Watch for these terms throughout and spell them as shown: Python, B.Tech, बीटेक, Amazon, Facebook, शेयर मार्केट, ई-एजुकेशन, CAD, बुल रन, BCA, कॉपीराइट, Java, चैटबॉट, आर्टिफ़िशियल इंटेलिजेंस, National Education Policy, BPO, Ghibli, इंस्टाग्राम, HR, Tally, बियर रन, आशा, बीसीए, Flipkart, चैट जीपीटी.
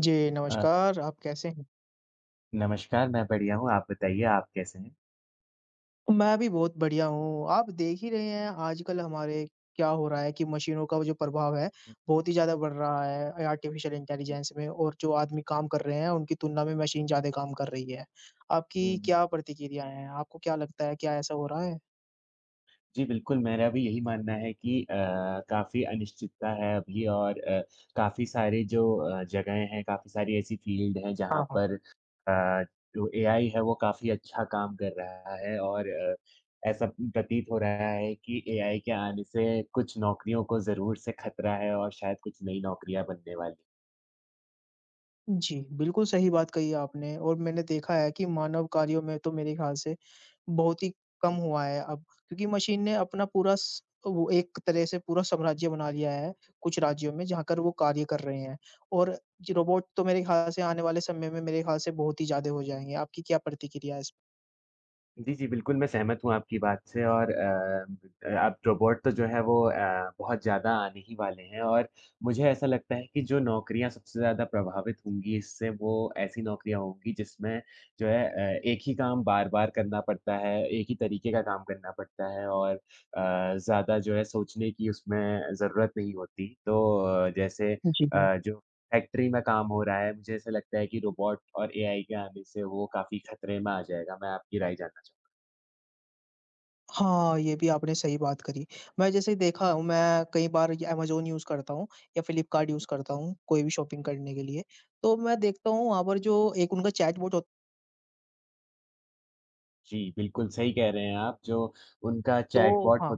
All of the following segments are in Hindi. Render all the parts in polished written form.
जी, अ, नमस्कार, आप कैसे हैं? नमस्कार, मैं बढ़िया हूँ, आप बताइए आप कैसे हैं? मैं भी बहुत बढ़िया हूँ। आप देख ही रहे हैं आजकल हमारे क्या हो रहा है कि मशीनों का वो जो प्रभाव है, हुँ, बहुत ही ज़्यादा बढ़ रहा है आर्टिफ़िशियल जी, इंटेलिजेंस में बिल्कुल। और जो आदमी काम कर रहे हैं, उनकी तुलना में मशीन ज़्यादा काम कर रही है। हुँ, आपकी हुँ। क्या प्रतिक्रियाएँ हैं? आपको क्या लगता है, क्या ऐसा हो रहा है? जी, बिल्कुल, मेरा भी यही मानना है कि काफ़ी अनिश्चितता है अभी और काफ़ी सारे जो जगहें हैं, काफ़ी सारी ऐसी फ़ील्ड हैं जहाँ हाँ, हाँ। पर जो एआई है वो काफ़ी अच्छा काम कर रहा है और ऐसा प्रतीत हो रहा है कि एआई के आने से कुछ नौकरियों को ज़रूर से खतरा है और शायद कुछ नई नौकरियाँ बनने वाली। जी, बिल्कुल सही बात कही आपने और मैंने देखा है कि मानव कार्यों में तो मेरे ख़्याल से बहुत ही कम हुआ है अब क्योंकि मशीन ने अपना पूरा स वो एक तरह से पूरा साम्राज्य बना लिया है, कुछ राज्यों में जहाँ कर वो कार्य कर रहे हैं। और ज रोबोट तो मेरे ख़्याल से आने वाले समय में मेरे ख़्याल से बहुत ही ज़्यादा हो जाएँगे। आपकी क्या प्रतिक्रिया है इस जी, जी, बिल्कुल, मैं सहमत हूँ आपकी बात से और अब रोबोट तो जो है वो बहुत ज़्यादा आने ही वाले हैं और मुझे ऐसा लगता है कि जो नौकरियाँ सबसे ज़्यादा प्रभावित होंगी इससे, वो ऐसी नौकरियाँ होंगी जिसमें जो है एक ही काम बार-बार करना पड़ता है, एक ही तरीके का काम करना पड़ता है और ज़्यादा जो है सोचने की उसमें ज़रूरत नहीं होती। तो जैसे पर? जी। जो फैक्ट्री में काम हो रहा है, मुझे ऐसा लगता है कि रोबोट और एआई के आने से वो काफ़ी खतरे में आ जाएगा। मैं आपकी राय जानना चाहूँ? हाँ, ये भी आपने सही बात करी। मैं जैसे देखा हूँ, मैं कई बार ये अमेज़न यूज़ करता हूँ या फ्लिपकार्ट यूज़ करता हूँ, कोई भी शॉपिंग करने के लिए। तो मैं देखता हूँ वहाँ पर जो एक उनका चैटबॉट हो जी, बिल्कुल सही कह रहे हैं आप जो उनका तो चैटबॉट हाँ, हो।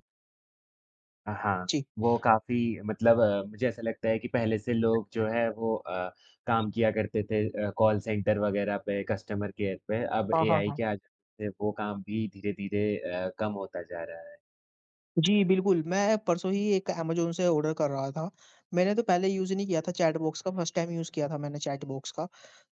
हाँ, जी। वो काफ़ी मतलब मुझे ऐसा लगता है कि पहले से लोग जो है वो काम किया करते थे कॉल सेंटर वगैरह पे, कस्टमर केयर पे, अब हाँ, हाँ, एआई हाँ। के आ जाने से वो काम भी धीरे-धीरे कम होता जा रहा है। जी, बिल्कुल, मैं परसों ही एक अमेज़न से ऑर्डर कर रहा था। मैंने तो पहले यूज़ नहीं किया था चैटबॉक्स का, फर्स्ट टाइम यूज़ किया था मैंने चैटबॉक्स का।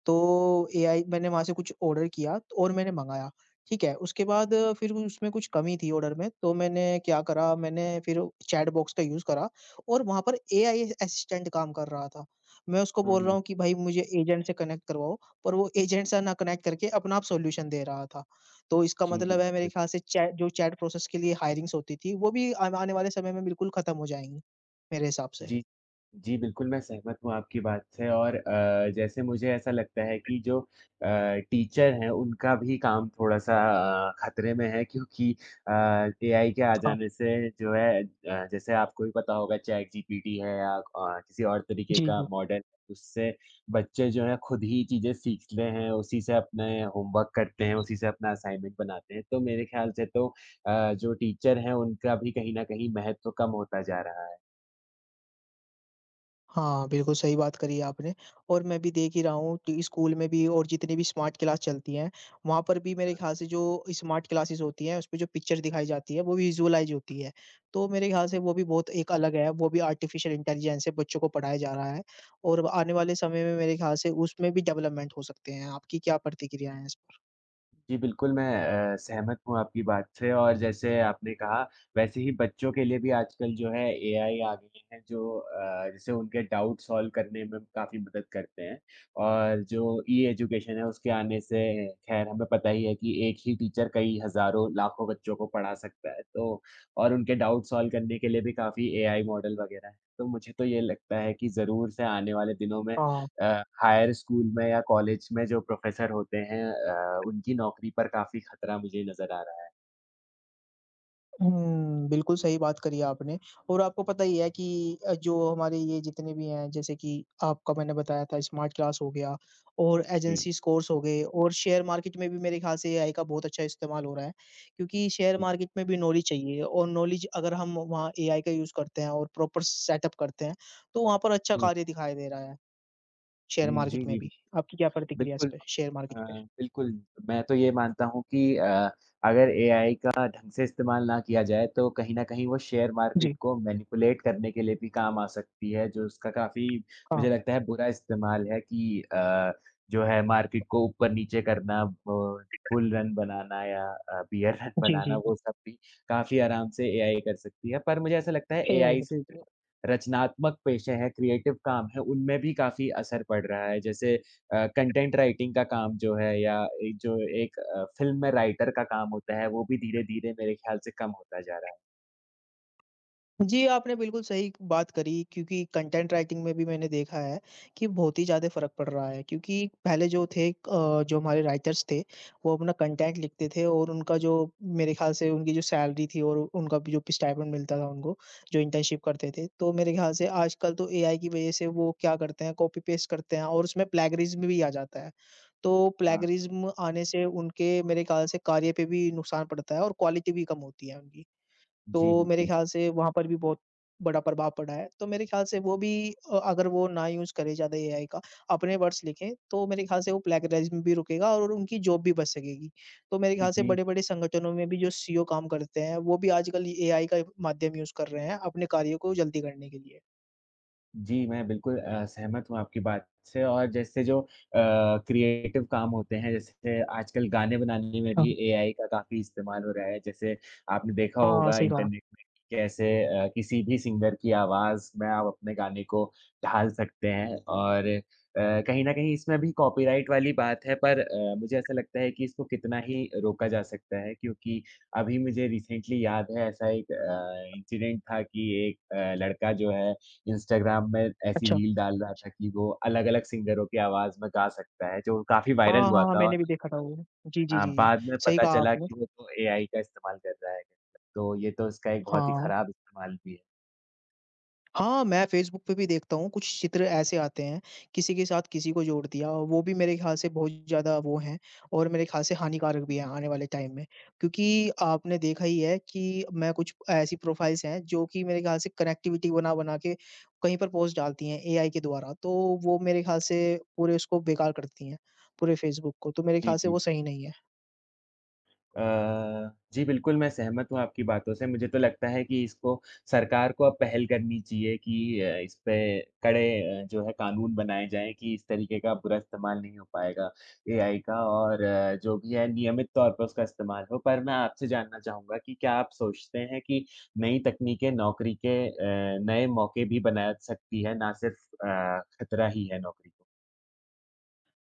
तो एआई मैंने वहाँ से कुछ ऑर्डर किया तो- और मैंने मँगाया, ठीक है? उसके बाद फिर उसमें कुछ कमी थी ऑर्डर में, तो मैंने क्या करा, मैंने फिर चैटबॉक्स का यूज़ करा और वहाँ पर एआई असिस्टेंट काम कर रहा था। मैं उसको हुँ, बोल रहा हुँ। हूँ कि, "भाई, मुझे एजेंट से कनेक्ट करवाओ," पर वो एजेंट से ना कनेक्ट करके अपना आप सॉल्यूशन दे रहा था। तो इसका जी, मतलब है मेरे बिल्कुल। ख़्याल से चैट जो चैट प्रोसेस के लिए हायरिंग्स होती थी, वो भी आने आने वाले समय में बिल्कुल ख़त्म हो जाएँगी, मेरे हिसाब से। जी। जी, बिल्कुल, मैं सहमत हूँ आपकी बात से और जैसे मुझे ऐसा लगता है कि जो टीचर हैं, उनका भी काम थोड़ा-सा खतरे में है क्योंकि अ, एआई के आ हाँ। जाने से जो है जैसे आपको भी पता होगा चैट जीपीटी है या किसी और तरीके जी, का जी। मॉडल, उससे बच्चे जो हैं खुद ही चीज़ें सीखते हैं, उसी से अपने होमवर्क करते हैं, उसी से अपना असाइनमेंट बनाते हैं। तो मेरे ख़्याल से तो जो टीचर हैं, उनका भी कहीं न कहीं महत्व कम होता जा रहा है। हाँ, बिल्कुल सही बात करी है आपने और मैं भी देख ही रहा हूँ कि स्कूल में भी और जितनी भी स्मार्ट क्लास चलती हैं, वहाँ पर भी मेरे है ख़्याल से जो स्मार्ट क्लासेस होती हैं, उसपे जो पिक्चर दिखाई जाती है, वो विजुअलाइज़ होती है। तो मेरे ख़्याल से ना? वो भी बहुत एक अलग है, वो भी आर्टिफ़िशियल इंटेलिजेंस से बच्चों को पढ़ाया जा रहा है और आने वाले समय में मेरे ख़्याल से उसमें भी डेवलपमेंट हो सकते हैं। आपकी क्या प्रतिक्रिया है इस पर? जी, बिल्कुल, मैं सहमत हूँ आपकी बात से और जैसे आपने कहा, वैसे ही बच्चों के लिए भी आजकल जो है एआई आ गए हैं जो जैसे उनके डाउट सॉल्व करने में काफ़ी मदद करते हैं और जो ई-एजुकेशन है, उसके आने से ख़ैर हमें पता ही है कि एक ही टीचर कई हज़ारों, लाखों बच्चों को पढ़ा सकता है, तो और उनके डाउट सॉल्व करने के लिए भी काफ़ी एआई मॉडल वग़ैरह हैं। तो मुझे तो ये लगता है कि ज़रूर से आने वाले दिनों में हाँ। अ, हायर स्कूल में या कॉलेज में जो प्रोफ़ेसर होते हैं उनकी नौकरी पर काफ़ी खतरा मुझे नज़र आ रहा है। हुँ, बिल्कुल सही बात करी आपने और आपको पता ही है कि जो हमारे ये जितने भी हैं जैसे कि आपका मैंने बताया था स्मार्ट क्लास हो गया और जी, एजेंसीज़ कोर्स हो गए और शेयर मार्केट में भी मेरे ख़्याल से एआई का बहुत अच्छा इस्तेमाल हो रहा है, क्योंकि शेयर हुँ, मार्केट में भी नॉलेज चाहिए और नॉलेज अगर हम वहाँ एआई का यूज़ करते हैं और प्रॉपर सेटअप करते हैं, तो वहाँ पर अच्छा हुँ, कार्य दिखाई दे रहा है, शेयर हुँ, जी, मार्केट में जी। भी। आपकी क्या प्रतिक्रिया है इस बिल्कुल पे शेयर अ, मार्केट पे? बिल्कुल, मैं तो ये मानता हूँ कि अगर एआई का ढंग से इस्तेमाल ना किया जाए, तो कहीं न कहीं वो शेयर मार्केट जी, को मैनिपुलेट करने के लिए भी काम आ सकती है, जो उसका काफ़ी हाँ। मुझे लगता है बुरा इस्तेमाल है कि जो है मार्केट को ऊपर-नीचे करना, ब बुल रन बनाना या बियर रन जी, जी, बनाना, जी। वो सब भी काफ़ी आराम से एआई कर सकती है। पर मुझे ऐसा लगता है एआई एआई का से जो रचनात्मक पेशे हैं, क्रिएटिव काम है, उनमें भी काफ़ी असर पड़ रहा है। जैसे कंटेंट राइटिंग का काम जो है या एक जो एक फ़िल्म में राइटर का काम होता है, वो भी धीरे-धीरे मेरे ख़्याल से कम होता जा रहा है। जी, आपने बिल्कुल सही बात करी क्योंकि कंटेंट राइटिंग में भी मैंने देखा है कि बहुत ही ज़्यादा फ़र्क पड़ रहा है क्योंकि पहले जो थे जो हमारे राइटर्स थे, वो अपना कंटेंट लिखते थे और उनका जो मेरे ख़्याल से उनकी जो सैलरी थी और उनका भी जो स्टाइपेंड मिलता था उनको, जो इंटर्नशिप करते थे। तो मेरे ख़्याल से आजकल तो एआई की वज़ह से वो क्या करते हैं कॉपी पेस्ट करते हैं और उसमें प्लैगियरिज़्म भी आ जाता है। तो हाँ। प्लैगियरिज़्म आने से उनके मेरे ख़्याल से कार्य पे भी नुकसान पड़ता है और क्वालिटी भी कम होती है उनकी। जी, तो मेरे बिल्कुल। ख़्याल से वहाँ पर भी बहुत बड़ा प्रभाव पड़ा है। तो मेरे ख़्याल से वो भी अगर वो ना यूज़ करे ज़्यादा एआई का, अपने वर्ड्स लिखें, तो मेरे ख़्याल से वो प्लेगैरिज़्म भी रुकेगा और उनकी जॉब भी बच सकेगी। तो मेरे ख़्याल से जी। बड़े-बड़े संगठनों में भी जो सीईओ काम करते हैं, वो भी आजकल एआई का माध्यम यूज़ कर रहे हैं अपने कार्यों को जल्दी करने के लिए। जी, मैं बिल्कुल सहमत हूँ आपकी बात से और जैसे जो क्रिएटिव काम होते हैं, जैसे आजकल गाने बनाने में अच्छा। भी एआई का काफ़ी इस्तेमाल हो रहा है। जैसे आपने देखा हाँ, होगा सही कहा। इंटरनेट में कैसे किसी भी सिंगर की आवाज़ में आप अपने गाने को ढाल सकते हैं और कहीं न कहीं इसमें भी कॉपीराइट वाली बात है पर मुझे ऐसा लगता है कि इसको कितना ही रोका जा सकता है क्योंकि अभी मुझे रिसेंटली याद है ऐसा एक इंसिडेंट था कि एक लड़का जो है इंस्टाग्राम में ऐसी अच्छा। रील डाल रहा था कि वो अलग-अलग सिंगरों की आवाज़ में गा सकता है, जो काफ़ी वायरल हाँ, हाँ, हुआ हाँ, था मैंने और भी देखा था वो। जी, जी, जी, जी। बाद में सही पता कहा चला आपने। कि वो तो एआई का इस्तेमाल कर रहा है। तो ये तो इसका एक बहुत ही हाँ। खराब इस्तेमाल भी है। हाँ, मैं फ़ेसबुक पे भी देखता हूँ, कुछ चित्र ऐसे आते हैं, किसी के साथ किसी को जोड़ दिया और वो भी मेरे ख़्याल से बहुत ज़्यादा वो हैं और मेरे ख़्याल से हानिकारक भी हैं आने वाले टाइम में। क्योंकि आपने देखा ही है कि मैं कुछ ऐसी प्रोफ़ाइल्स हैं जो कि मेरे ख़्याल से कनेक्टिविटी बना-बना के कहीं पर पोस्ट डालती हैं एआई के द्वारा, तो वो मेरे ख़्याल से पूरे उसको बेकार कर देती हैं, पूरे फ़ेसबुक को, तो मेरे जी, ख़्याल से जी। वो सही नहीं है। अ, जी, बिल्कुल, मैं सहमत हूँ आपकी बातों से। मुझे तो लगता है कि इसको सरकार को अब पहल करनी चाहिए कि इस पे कड़े जो है कानून बनाए जाएँ कि इस तरीके का बुरा इस्तेमाल नहीं हो पाएगा एआई का और जो भी है नियमित तौर पर उसका इस्तेमाल हो। पर मैं आपसे जानना चाहूँगा कि क्या आप सोचते हैं कि नई तकनीकें नौकरी के नए मौके भी बना सकती है, ना सिर्फ़ खतरा ही है नौकरी को?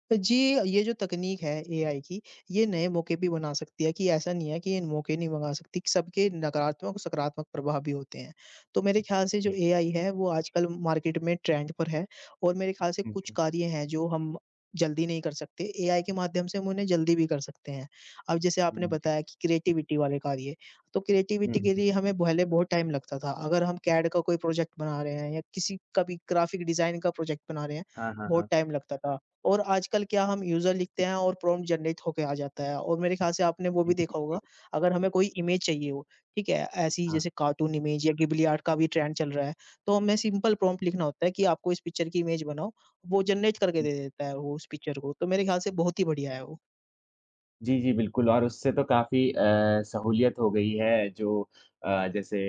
तो जी, ये जो तकनीक है एआई की, ये नए मौके भी बना सकती है कि ऐसा नहीं है कि ये मौके नहीं बना सकती कि सबके नकारात्मक और सकारात्मक प्रभाव भी होते हैं। तो मेरे ख़्याल से जो जी। एआई है वो आजकल मार्केट में ट्रेंड पर है और मेरे ख़्याल से हुँ, कुछ हुँ। कार्य हैं जो हम जल्दी नहीं कर सकते, एआई के माध्यम से हम उन्हें जल्दी भी कर सकते हैं। अब जैसे आपने हुँ, जी। बताया कि क्रिएटिविटी वाले कार्य, तो हुँ, क्रिएटिविटी के हुँ। लिए हमें पहले बहुत टाइम लगता था। अगर हम कैड का कोई प्रोजेक्ट बना रहे हैं या किसी का भी ग्राफ़िक डिज़ाइन का प्रोजेक्ट बना रहे हैं, हाँ, हाँ, बहुत हाँ। टाइम लगता था। और आजकल क्या हम यूज़र लिखते हैं और प्रॉम्प्ट जनरेट होके आ जाता है और मेरे ख़्याल से आपने वो भी जी, देखा होगा, बिल्कुल। अगर हमें कोई इमेज चाहिए हो, ठीक है? ऐसी हाँ। जैसे कार्टून इमेज या गिबली आर्ट का भी ट्रेंड चल रहा है, तो हमें सिंपल प्रॉम्प्ट लिखना होता है कि आपको इस पिक्चर की इमेज बनाओ, वो जनरेट करके दे देता है वो उस पिक्चर को, तो मेरे ख़्याल से बहुत ही बढ़िया है वो। जी, जी, बिल्कुल और उससे तो काफ़ी सहूलियत हो गई है जो जैसे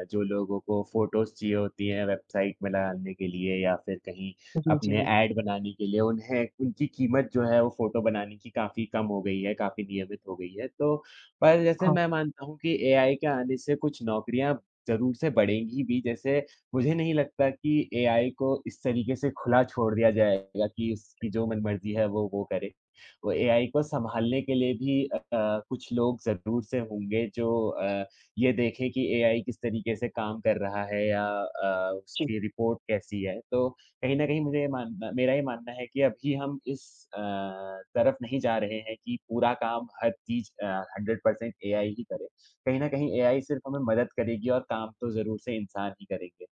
जो लोगों को फ़ोटोज़ चाहिए होती हैं वेबसाइट में डालने के लिए या फिर कहीं जी, जी, अपने जी। ऐड बनाने के लिए, उन्हें उनकी कीमत जो है वो फ़ोटो बनाने की काफ़ी कम हो गई है, काफ़ी नियमित हो गई है। तो पर जैसे हाँ, मैं मानता हूँ कि एआई के आने से कुछ नौकरियाँ ज़रूर से बढ़ेंगी भी, जैसे मुझे नहीं लगता कि एआई को इस तरीके से खुला छोड़ दिया जाएगा कि उसकी जो मनमर्ज़ी है वो करे। वो एआई को संभालने के लिए भी कुछ लोग ज़रूर से होंगे जो ये देखें कि एआई किस तरीके से काम कर रहा है या जी। उसकी रिपोर्ट कैसी है। तो कहीं न कहीं मुझे ये मानना मेरा ये मानना है कि अभी हम इस अ, तरफ नहीं जा रहे हैं कि पूरा काम हर चीज़ 100% एआई ही करे। कहीं न कहीं एआई सिर्फ हमें मदद करेगी और काम तो ज़रूर से इंसान ही करेंगे।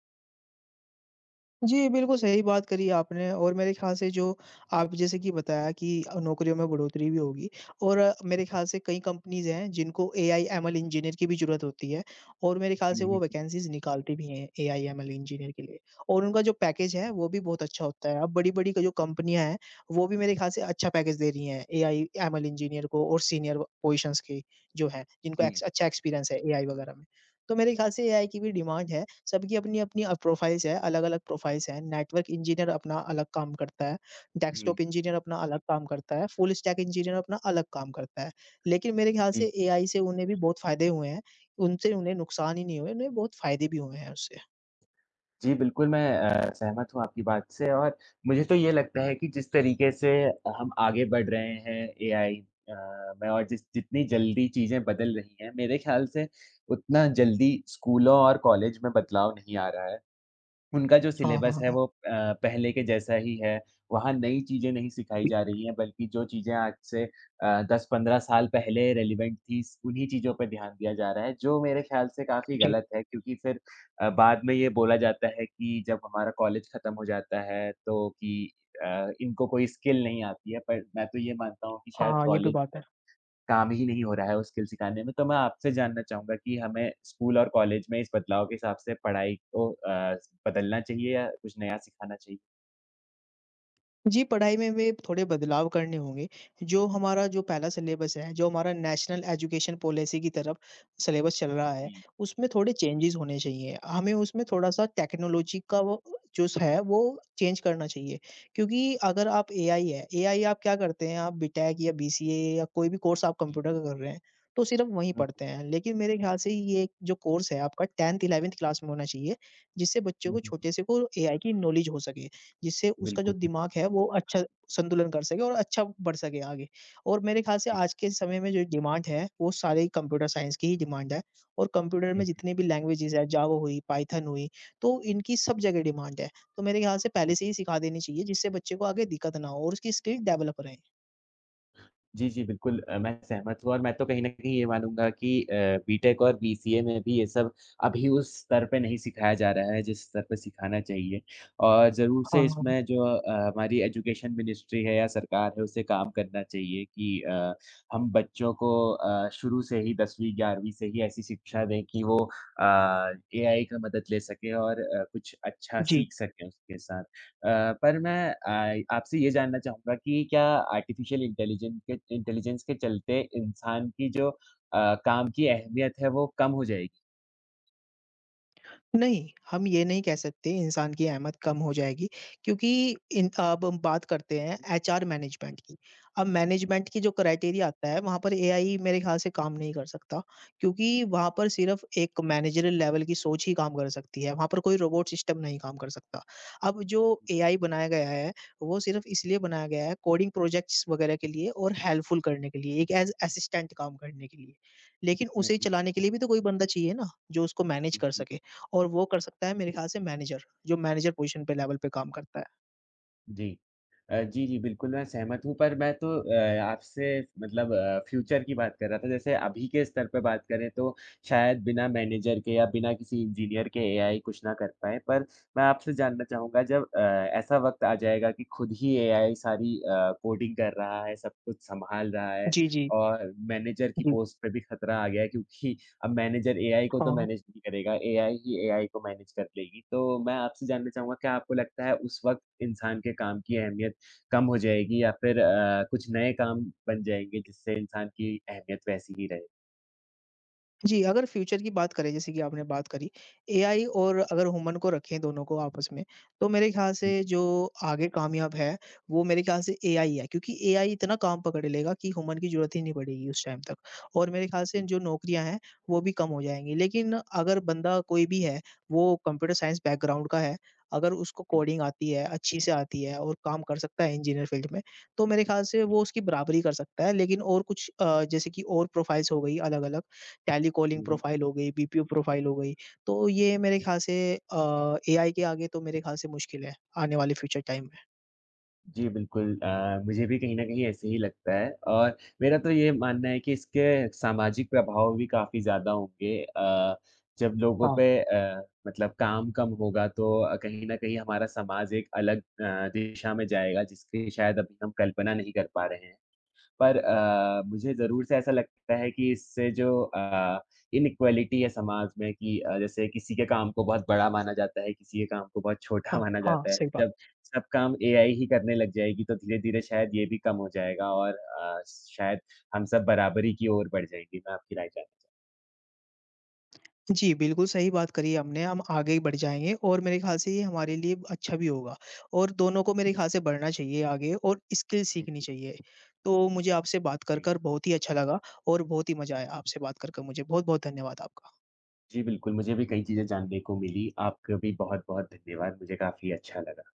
जी, बिल्कुल सही बात करी आपने और मेरे ख़्याल से जो आप जैसे कि बताया कि नौकरियों में बढ़ोतरी भी होगी और मेरे ख़्याल से कई कंपनीज़ हैं जिनको एआई एमएल इंजीनियर की भी ज़रूरत होती है और मेरे ख़्याल से हुँ, वो हुँ। वैकेंसीज़ निकालती भी हैं एआई एमएल इंजीनियर के लिए और उनका जो पैकेज है वो भी बहुत अच्छा होता है। अब बड़ी-बड़ी क जो कंपनियाँ हैं वो भी मेरे ख़्याल से अच्छा पैकेज दे रही हैं एआई एमएल इंजीनियर को और सीनियर पोज़ीशंस के जो हैं जिनको एक्स जी, अच्छा एक्सपीरियंस है एआई वग़ैरह में। तो मेरे ख्याल से एआई की भी डिमांड है। सबकी अपनी-अपनी प्रोफ़ाइल्स है, अलग-अलग प्रोफ़ाइल्स हैं। नेटवर्क इंजीनियर अपना अलग काम करता है, जी। डेस्कटॉप इंजीनियर अपना अलग काम करता है, फुल स्टैक इंजीनियर अपना अलग काम करता है। लेकिन मेरे ख्याल जी। से एआई से उन्हें भी बहुत फ़ायदे हुए हैं। उनसे उन्हें नुकसान ही नहीं हुए, उन्हें बहुत फ़ायदे भी हुए हैं उससे। जी, बिल्कुल, मैं सहमत हूँ आपकी बात से और मुझे तो ये लगता है कि जिस तरीके से हम आगे बढ़ रहे हैं एआई में और जिस जितनी जल्दी चीज़ें बदल रही हैं, मेरे ख़्याल से उतना जल्दी स्कूलों और कॉलेज में बदलाव नहीं आ रहा है। उनका जो हाँ, सिलेबस हाँ, है हाँ। वो पहले के जैसा ही है। वहाँ नई चीज़ें नहीं सिखाई जी, जा रही हैं, बल्कि जो चीज़ें आज से 10-15 साल पहले रेलेवेंट थी, उन्हीं चीज़ों पे ध्यान दिया जा रहा है, जो मेरे ख़्याल से काफ़ी जी। गलत है क्योंकि फिर बाद में ये बोला जाता है कि जब हमारा कॉलेज ख़त्म हो जाता है तो कि इनको कोई स्किल नहीं आती है, पर मैं तो ये मानता हूँ कि हाँ, शायद हाँ, ये भी कॉलेज बात है। काम ही नहीं हो रहा है वो स्किल सिखाने में, तो मैं आपसे जानना चाहूँगा कि हमें स्कूल और कॉलेज में इस बदलाव के हिसाब से पढ़ाई को बदलना चाहिए या कुछ नया सिखाना चाहिए? जी, पढ़ाई में वे थोड़े बदलाव करने होंगे। जो हमारा जो पहला सिलेबस है, जो हमारा नेशनल एजुकेशन पॉलिसी की तरफ सिलेबस चल रहा है, जी। उसमें थोड़े चेंजेज़ होने चाहिए। हमें उसमें थोड़ा-सा हुँ, हुँ। टेक्नोलॉजी का वो जो है वो चेंज करना चाहिए। क्योंकि अगर आप एआई है, एआई आप क्या करते हैं, आप बीटेक या बीसीए या कोई भी कोर्स आप कंप्यूटर हुँ, का कर रहे हैं, तो सिर्फ़ वहीं हुँ, पढ़ते हैं। लेकिन मेरे ख़्याल से ये जो कोर्स है आपका 10th 11th क्लास में होना चाहिए, जिससे बच्चों हुँ, को हुँ, छोटे हुँ। से को एआई की नॉलेज हो सके। जिससे उसका जो बिल्कुल, बिल्कुल। दिमाग है वो अच्छा संतुलन कर सके और अच्छा बढ़ सके आगे। और मेरे ख़्याल से जी। आज के समय में जो डिमांड है वो सारे कंप्यूटर साइंस की ही डिमांड है और कंप्यूटर में हुँ, जितनी हुँ। भी लैंग्वेजेज़ है जावा हुई, पाइथन हुई तो इनकी सब जगह डिमांड है। तो मेरे ख़्याल से पहले से ही सिखा देनी चाहिए जिससे बच्चे को आगे दिक्कत ना हो और उसकी स्किल डेवलप रहे। जी, जी, बिल्कुल मैं सहमत हूँ और मैं तो कहीं न कहीं ये मानूँगा कि बीटेक और बीसीए में भी ये सब अभी उस स्तर पे नहीं सिखाया जा रहा है, जिस स्तर पे सिखाना चाहिए। और ज़रूर से हाँ, इसमें जो हमारी एजुकेशन मिनिस्ट्री है या सरकार है, उसे काम करना चाहिए कि हम बच्चों को शुरू से ही 10वीं 11वीं से ही ऐसी शिक्षा दें कि वो अ, एआई का मदद ले सकें और कुछ अच्छा जी। सीख सकें उसके साथ। अ, पर मैं आपसे ये जानना चाहूँगा कि क्या आर्टिफ़िशियल इंटेलिजेंट के इंटेलिजेंस के चलते इंसान की जो काम की अहमियत है, वो कम हो जाएगी? नहीं, हम ये नहीं कह सकते इंसान की अहमियत कम हो जाएगी क्योंकि इन अब हम बात करते हैं एचआर मैनेजमेंट की। अब मैनेजमेंट की जो क्राइटेरिया आता है वहाँ पर एआई मेरे ख़्याल से काम नहीं कर सकता क्योंकि हुँ, वहाँ पर सिर्फ़ एक मैनेजरियल लेवल की सोच ही काम कर सकती है, वहाँ पर कोई रोबोट सिस्टम नहीं काम कर सकता। अब जो एआई बनाया गया है, वो सिर्फ़ इसलिए बनाया गया है कोडिंग प्रोजेक्ट्स वग़ैरह के लिए और हेल्पफुल करने के लिए, एक एज़ असिस्टेंट काम करने के लिए। लेकिन हुँ, उसे हुँ, चलाने के लिए भी तो कोई बंदा चाहिए ना, जो उसको मैनेज हुँ, कर जी। सके। और वो कर सकता है मेरे ख़्याल से मैनेजर, जो मैनेजर पोज़ीशन पे लेवल पे काम करता है। जी। जी, जी, बिल्कुल मैं सहमत हूँ पर मैं तो आपसे मतलब फ्यूचर की बात कर रहा था। जैसे अभी के स्तर पे बात करें तो शायद बिना मैनेजर के या बिना किसी इंजीनियर के एआई कुछ ना कर पाए। पर मैं आपसे जानना चाहूँगा जब ऐसा वक़्त आ जाएगा कि खुद ही एआई सारी कोडिंग कर रहा है, सब कुछ सँभाल रहा है जी, जी। और मैनेजर की जी, पोस्ट पे भी खतरा आ गया है क्योंकि अब मैनेजर एआई को तो हाँ। मैनेज नहीं करेगा, एआई ही एआई को मैनेज कर लेगी। तो मैं आपसे जानना चाहूँगा क्या आपको लगता है उस वक़्त इंसान के काम की अहमियत कम हो जाएगी या फिर कुछ नए काम बन जाएँगे जिससे इंसान की अहमियत वैसी ही रहे। जी, अगर फ्यूचर की बात करें जैसे कि आपने बात करी, एआई और अगर ह्यूमन को रखें दोनों को आपस में, तो मेरे ख़्याल से हुँ, जो आगे कामयाब है, वो मेरे ख़्याल से एआई है क्योंकि एआई इतना काम पकड़ लेगा कि ह्यूमन की ज़रूरत ही नहीं पड़ेगी उस टाइम तक और मेरे ख़्याल से हुँ, जो नौकरियाँ हैं, वो भी कम हो जाएँगी। लेकिन अगर बंदा कोई भी है, वो कंप्यूटर साइंस बैकग्राउंड का है, अगर उसको हुँ, कोडिंग आती है, अच्छी से आती है और काम कर सकता है इंजीनियर फ़ील्ड में, तो मेरे ख़्याल से वो उसकी बराबरी कर सकता है। लेकिन और कुछ जैसे कि और प्रोफ़ाइल्स हो गई अलग-अलग, टैली कॉलिंग हुँ, हुँ। प्रोफ़ाइल हो गई, बीपीओ प्रोफ़ाइल हो गई। तो ये मेरे ख़्याल से एआई के आगे तो मेरे ख़्याल से मुश्किल है, आने वाले फ्यूचर टाइम में। जी, बिल्कुल मुझे भी कहीं न कहीं ऐसे ही लगता है और मेरा तो ये मानना है कि इसके सामाजिक प्रभाव भी काफ़ी ज़्यादा होंगे। जब लोगों हाँ, पे मतलब काम कम होगा तो कहीं न कहीं हमारा समाज एक अलग दिशा में जाएगा जिसकी शायद अभी हम कल्पना नहीं कर पा रहे हैं। पर मुझे ज़रूर से ऐसा लगता है कि इससे जो इनइक्वालिटी है समाज में कि जैसे किसी के काम को बहुत बड़ा माना जाता है, किसी के काम को बहुत छोटा हाँ, माना हाँ, जाता है। सही बात। जब सब काम एआई ही करने लग जाएगी, तो धीरे-धीरे शायद ये भी कम हो जाएगा और शायद हम सब बराबरी की ओर बढ़ जाएँगे। मैं आपकी राय जानना चाहता जी, बिल्कुल सही बात करी है हमने, हम आगे ही बढ़ जाएँगे और मेरे ख़्याल से ये हमारे लिए अच्छा भी होगा और दोनों को मेरे ख़्याल से बढ़ना चाहिए आगे और स्किल सीखनी हूँ। चाहिए। तो मुझे आपसे बात कर, जी। कर बहुत ही अच्छा लगा और बहुत ही मज़ा आया आपसे बात कर मुझे। बहुत-बहुत धन्यवाद आपका। जी, बिल्कुल, मुझे भी कई चीज़ें जानने को मिली। आपका भी बहुत-बहुत धन्यवाद, मुझे काफ़ी अच्छा लगा।